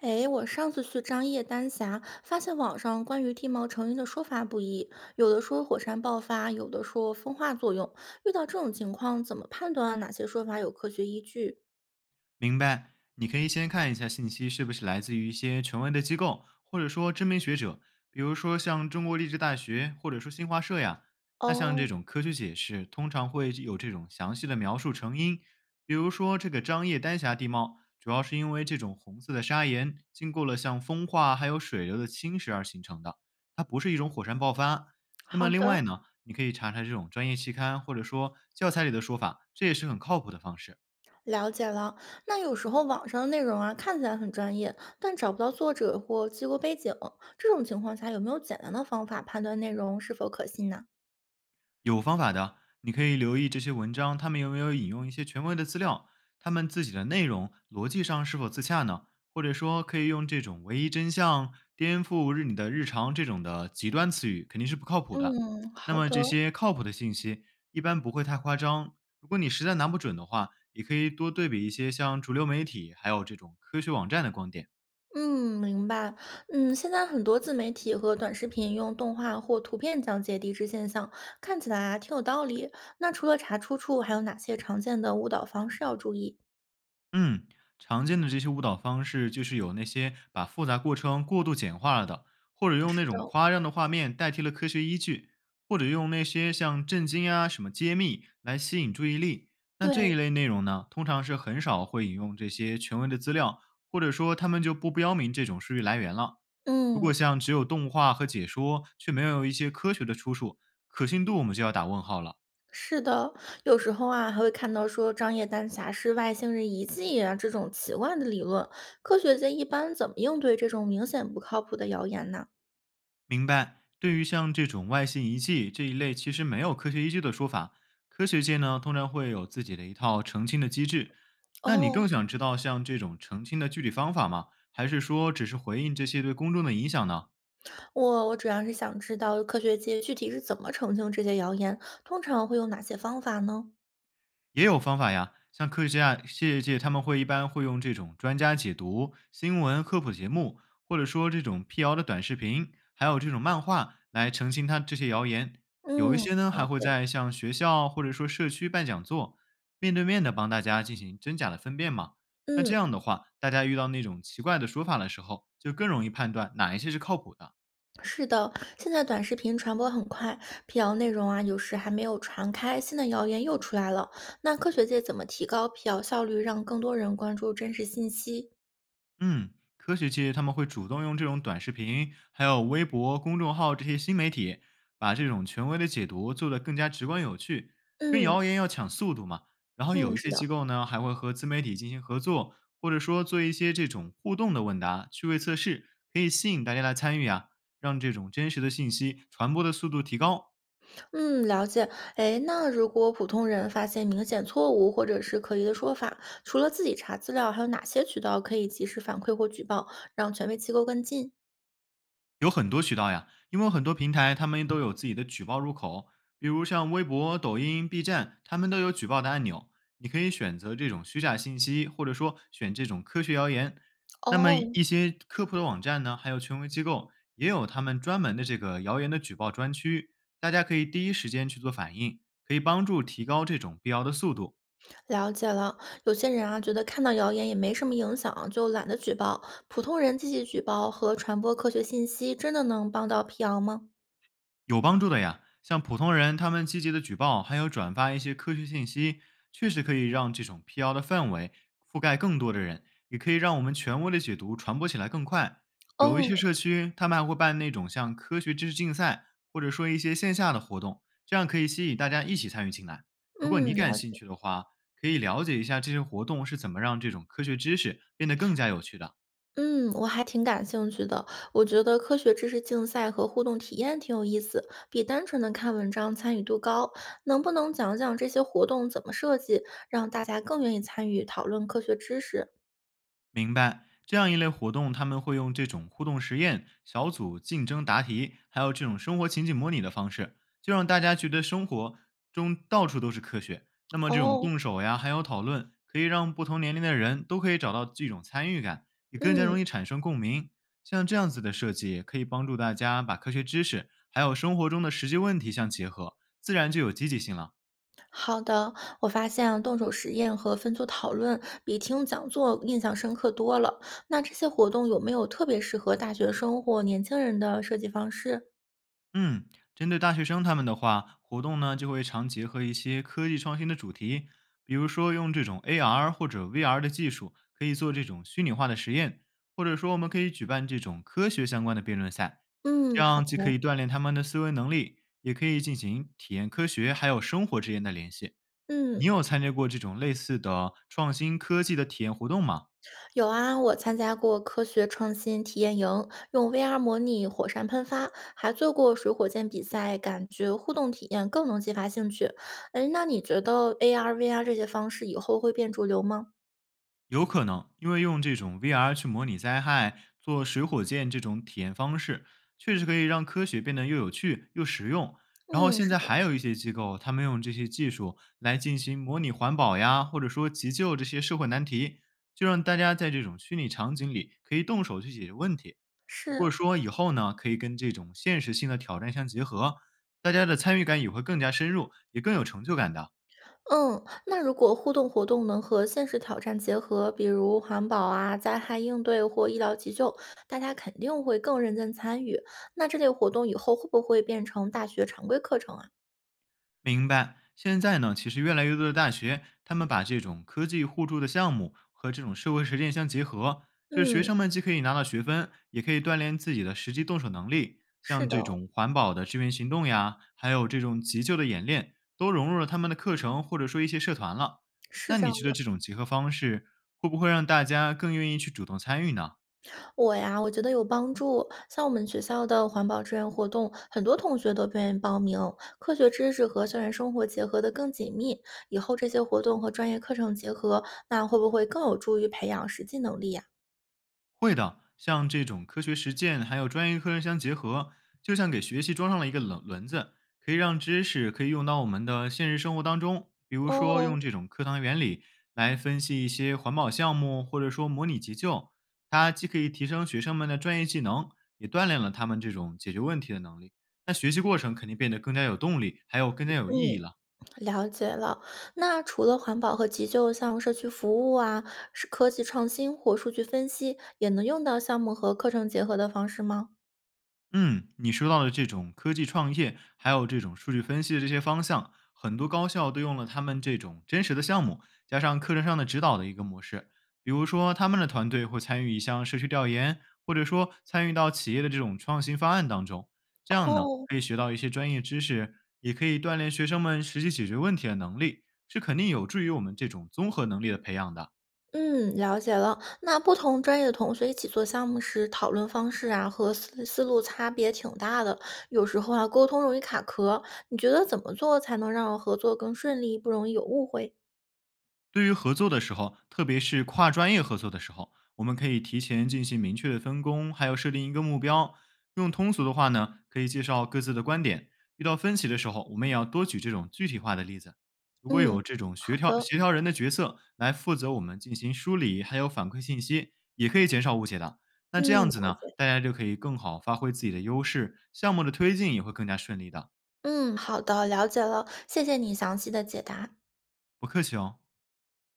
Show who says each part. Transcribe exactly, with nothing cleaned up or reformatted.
Speaker 1: 哎，我上次去张掖丹霞，发现网上关于地貌成因的说法不一，有的说火山爆发，有的说风化作用。遇到这种情况，怎么判断哪些说法有科学依据？
Speaker 2: 明白，你可以先看一下信息是不是来自于一些权威的机构，或者说知名学者，比如说像中国地质大学，或者说新华社呀。那像这
Speaker 1: 哦，
Speaker 2: 种科学解释，通常会有这种详细的描述成因，比如说这个张掖丹霞地貌，主要是因为这种红色的砂岩经过了像风化还有水流的侵蚀而形成的，它不是一种火山爆发。那
Speaker 1: 好
Speaker 2: 么另
Speaker 1: 的，
Speaker 2: 外呢，你可以查查这种专业期刊或者说教材里的说法，这也是很靠谱的方式。
Speaker 1: 了解了。那有时候网上的内容啊，看起来很专业，但找不到作者或机构背景，这种情况下有没有简单的方法判断内容是否可信呢？
Speaker 2: 有方法的，你可以留意这些文章，他们有没有引用一些权威的资料，他们自己的内容逻辑上是否自洽呢？或者说，可以用这种"唯一真相"、"颠覆日你的日常"这种的极端词语，肯定是不靠谱的。
Speaker 1: 嗯，
Speaker 2: 那
Speaker 1: 好
Speaker 2: 么
Speaker 1: 的。
Speaker 2: 这些靠谱的信息一般不会太夸张。如果你实在拿不准的话，也可以多对比一些像主流媒体还有这种科学网站的观点。
Speaker 1: 嗯，明白。嗯，现在很多自媒体和短视频用动画或图片讲解地质现象，看起来啊挺有道理。那除了查出处，还有哪些常见的误导方式要注意？
Speaker 2: 嗯，常见的这些误导方式就是有那些把复杂过程过度简化了的，或者用那
Speaker 1: 是的，
Speaker 2: 种夸张的画面代替了科学依据，或者用那些像震惊啊、什么揭秘来吸引注意力。那这一
Speaker 1: 对，
Speaker 2: 类内容呢，通常是很少会引用这些权威的资料，或者说他们就不标明这种数据来源了。如
Speaker 1: 嗯，
Speaker 2: 果像只有动画和解说，却没有一些科学的出处，可信度我们就要打问号了。
Speaker 1: 是的。有时候啊，还会看到说张掖丹霞是外星人遗迹啊这种奇怪的理论。科学界一般怎么应对这种明显不靠谱的谣言呢？
Speaker 2: 明白。对于像这种外星遗迹这一类其实没有科学依据的说法，科学界呢通常会有自己的一套澄清的机制。那你
Speaker 1: 哦，
Speaker 2: 更想知道像这种澄清的具体方法吗？还是说只是回应这些对公众的影响呢？
Speaker 1: 我我主要是想知道科学界具体是怎么澄清这些谣言，通常会用哪些方法呢？
Speaker 2: 也有方法呀，像科学家、业界他们会一般会用这种专家解读、新闻科普节目，或者说这种辟谣的短视频，还有这种漫画来澄清他这些谣言。有一
Speaker 1: 嗯，
Speaker 2: 些呢
Speaker 1: 了
Speaker 2: 还会
Speaker 1: 解。
Speaker 2: 在像学校或者说社区办讲座，面对面的帮大家进行真假的分辨嘛。那这
Speaker 1: 嗯，
Speaker 2: 样的话，大家遇到那种奇怪的说法的时候，就更容易判断哪一些是靠谱的。
Speaker 1: 是的，现在短视频传播很快，辟谣内容啊，有时还没有传开，新的谣言又出来了。那科学界怎么提高辟谣效率，让更多人关注真实信息？
Speaker 2: 嗯，科学界他们会主动用这种短视频，还有微博、公众号这些新媒体，把这种权威的解读做得更加直观有趣，跟
Speaker 1: 嗯
Speaker 2: 谣言要抢速度嘛。然后
Speaker 1: 嗯，
Speaker 2: 有一
Speaker 1: 是
Speaker 2: 些
Speaker 1: 的。
Speaker 2: 机构呢，还会和自媒体进行合作，或者说做一些这种互动的问答、趣味测试，可以吸引大家来参与啊，让这种真实的信息传播的速度提高。
Speaker 1: 嗯，了解。哎，那如果普通人发现明显错误或者是可疑的说法，除了自己查资料，还有哪些渠道可以及时反馈或举报，让权威机构跟进？
Speaker 2: 有很多渠道呀，因为很多平台他们都有自己的举报入口，比如像微博、抖音、B 站，他们都有举报的按钮。你可以选择这种虚假信息，或者说选这种科学谣言。那么
Speaker 1: 哦，
Speaker 2: 一些科普的网站呢，还有权威机构也有他们专门的这个谣言的举报专区，大家可以第一时间去做反应，可以帮助提高这种辟谣的速度。
Speaker 1: 了解了。有些人啊，觉得看到谣言也没什么影响，就懒得举报。普通人积极举报和传播科学信息，真的能帮到辟谣吗？
Speaker 2: 有帮助的呀，像普通人他们积极的举报，还有转发一些科学信息，确实可以让这种辟谣的氛围覆盖更多的人，也可以让我们权威的解读传播起来更快。有一些
Speaker 1: 哦，
Speaker 2: 社区，他们还会办那种像科学知识竞赛，或者说一些线下的活动，这样可以吸引大家一起参与进来。如果
Speaker 1: 嗯，
Speaker 2: 你感
Speaker 1: 了
Speaker 2: 兴趣的话，可以了解一下这些活动是怎么让这种科学知识变得更加有趣的。
Speaker 1: 嗯，我还挺感兴趣的。我觉得科学知识竞赛和互动体验挺有意思，比单纯的看文章参与度高。能不能讲讲这些活动怎么设计，让大家更愿意参与讨论科学知识？
Speaker 2: 明白，这样一类活动，他们会用这种互动实验、小组竞争答题，还有这种生活情景模拟的方式，就让大家觉得生活中到处都是科学。那么这种
Speaker 1: 哦，
Speaker 2: 动手呀，还有讨论，可以让不同年龄的人都可以找到这种参与感，也更加
Speaker 1: 嗯，
Speaker 2: 容易产生共鸣。像这样子的设计，可以帮助大家把科学知识还有生活中的实际问题相结合，自然就有积极性了。
Speaker 1: 好的。我发现啊动手实验和分组讨论比听讲座印象深刻多了。那这些活动有没有特别适合大学生或年轻人的设计方式？
Speaker 2: 嗯，针对大学生他们的话，活动呢就会常结合一些科技创新的主题，比如说用这种 A R 或者 V R 的技术，可以做这种虚拟化的实验，或者说我们可以举办这种科学相关的辩论赛，这
Speaker 1: 嗯，好
Speaker 2: 样
Speaker 1: 的。
Speaker 2: 既可以锻炼他们的思维能力，也可以进行体验科学还有生活之间的联系。你
Speaker 1: 嗯。
Speaker 2: 有参加过这种类似的创新科技的体验活动吗？
Speaker 1: 有啊，我参加过科学创新体验营，用 V R 模拟火山喷发，还做过水火箭比赛，感觉互动体验更能激发兴趣。哎，那你觉得 A R、V R 这些方式以后会变主流吗？
Speaker 2: 有可能，因为用这种 V R 去模拟灾害、做水火箭这种体验方式，确实可以让科学变得又有趣又实用。然后
Speaker 1: 嗯，
Speaker 2: 现
Speaker 1: 是
Speaker 2: 在还有一些机构，他们用这些技术来进行模拟环保呀，或者说急救这些社会难题，就让大家在这种虚拟场景里可以动手去解决问题。如果
Speaker 1: 是，
Speaker 2: 说以后呢，可以跟这种现实性的挑战相结合，大家的参与感也会更加深入，也更有成就感的。
Speaker 1: 嗯，那如果互动活动能和现实挑战结合，比如环保啊、灾害应对或医疗急救，大家肯定会更认真参与。那这类活动以后会不会变成大学常规课程啊？
Speaker 2: 明白。现在呢，其实越来越多的大学，他们把这种科技互助的项目和这种社会实践相结合，就是学
Speaker 1: 嗯，
Speaker 2: 生们既可以拿到学分，也可以锻炼自己的实际动手能力。
Speaker 1: 是
Speaker 2: 像
Speaker 1: 的，
Speaker 2: 这种环保的志愿行动呀，还有这种急救的演练，都融入了他们的课程或者说一些社团了。
Speaker 1: 是
Speaker 2: 那
Speaker 1: 这
Speaker 2: 你
Speaker 1: 样
Speaker 2: 觉得
Speaker 1: 的。
Speaker 2: 这种结合方式会不会让大家更愿意去主动参与呢？
Speaker 1: 我呀，我觉得有帮助。像我们学校的环保志愿活动，很多同学都愿意报名。科学知识和校园生活结合得更紧密，以后这些活动和专业课程结合，那会不会更有助于培养实际能力呀？
Speaker 2: 会的，像这种科学实践还有专业课程相结合，就像给学习装上了一个轮轮子，可以让知识可以用到我们的现实生活当中。比如说，
Speaker 1: 哦，
Speaker 2: 用这种课堂原理来分析一些环保项目，或者说模拟急救，它既可以提升学生们的专业技能，也锻炼了他们这种解决问题的能力。那学习过程肯定变得更加有动力，还有更加有意义
Speaker 1: 嗯，
Speaker 2: 了。
Speaker 1: 了解了。那除了环保和急救，像社区服务啊、是科技创新或数据分析，也能用到项目和课程结合的方式吗？
Speaker 2: 嗯，你说到的这种科技创业，还有这种数据分析的这些方向，很多高校都用了他们这种真实的项目，加上课程上的指导的一个模式。比如说，他们的团队会参与一项社区调研，或者说参与到企业的这种创新方案当中。这样呢，
Speaker 1: 哦，
Speaker 2: 可以学到一些专业知识，也可以锻炼学生们实际解决问题的能力，是肯定有助于我们这种综合能力的培养的。
Speaker 1: 嗯，了解了。那不同专业的同学一起做项目时，讨论方式啊和思思路差别挺大的，有时候啊沟通容易卡壳。你觉得怎么做才能让合作更顺利，不容易有误会？
Speaker 2: 对于合作的时候，特别是跨专业合作的时候，我们可以提前进行明确的分工，还有设定一个目标。用通俗的话呢，可以介绍各自的观点。遇到分歧的时候，我们也要多举这种具体化的例子。如果
Speaker 1: 嗯，
Speaker 2: 有这种协
Speaker 1: 好
Speaker 2: 调
Speaker 1: 的，
Speaker 2: 协调人的角色来负责我们进行梳理，还有反馈信息，也可以减少误解的。那这
Speaker 1: 嗯，
Speaker 2: 样子
Speaker 1: 了
Speaker 2: 呢，
Speaker 1: 解，
Speaker 2: 大家就可以更好发挥自己的优势，项目的推进也会更加顺利的。
Speaker 1: 嗯，好的，了解了，谢谢你详细的解答。
Speaker 2: 不客气哦。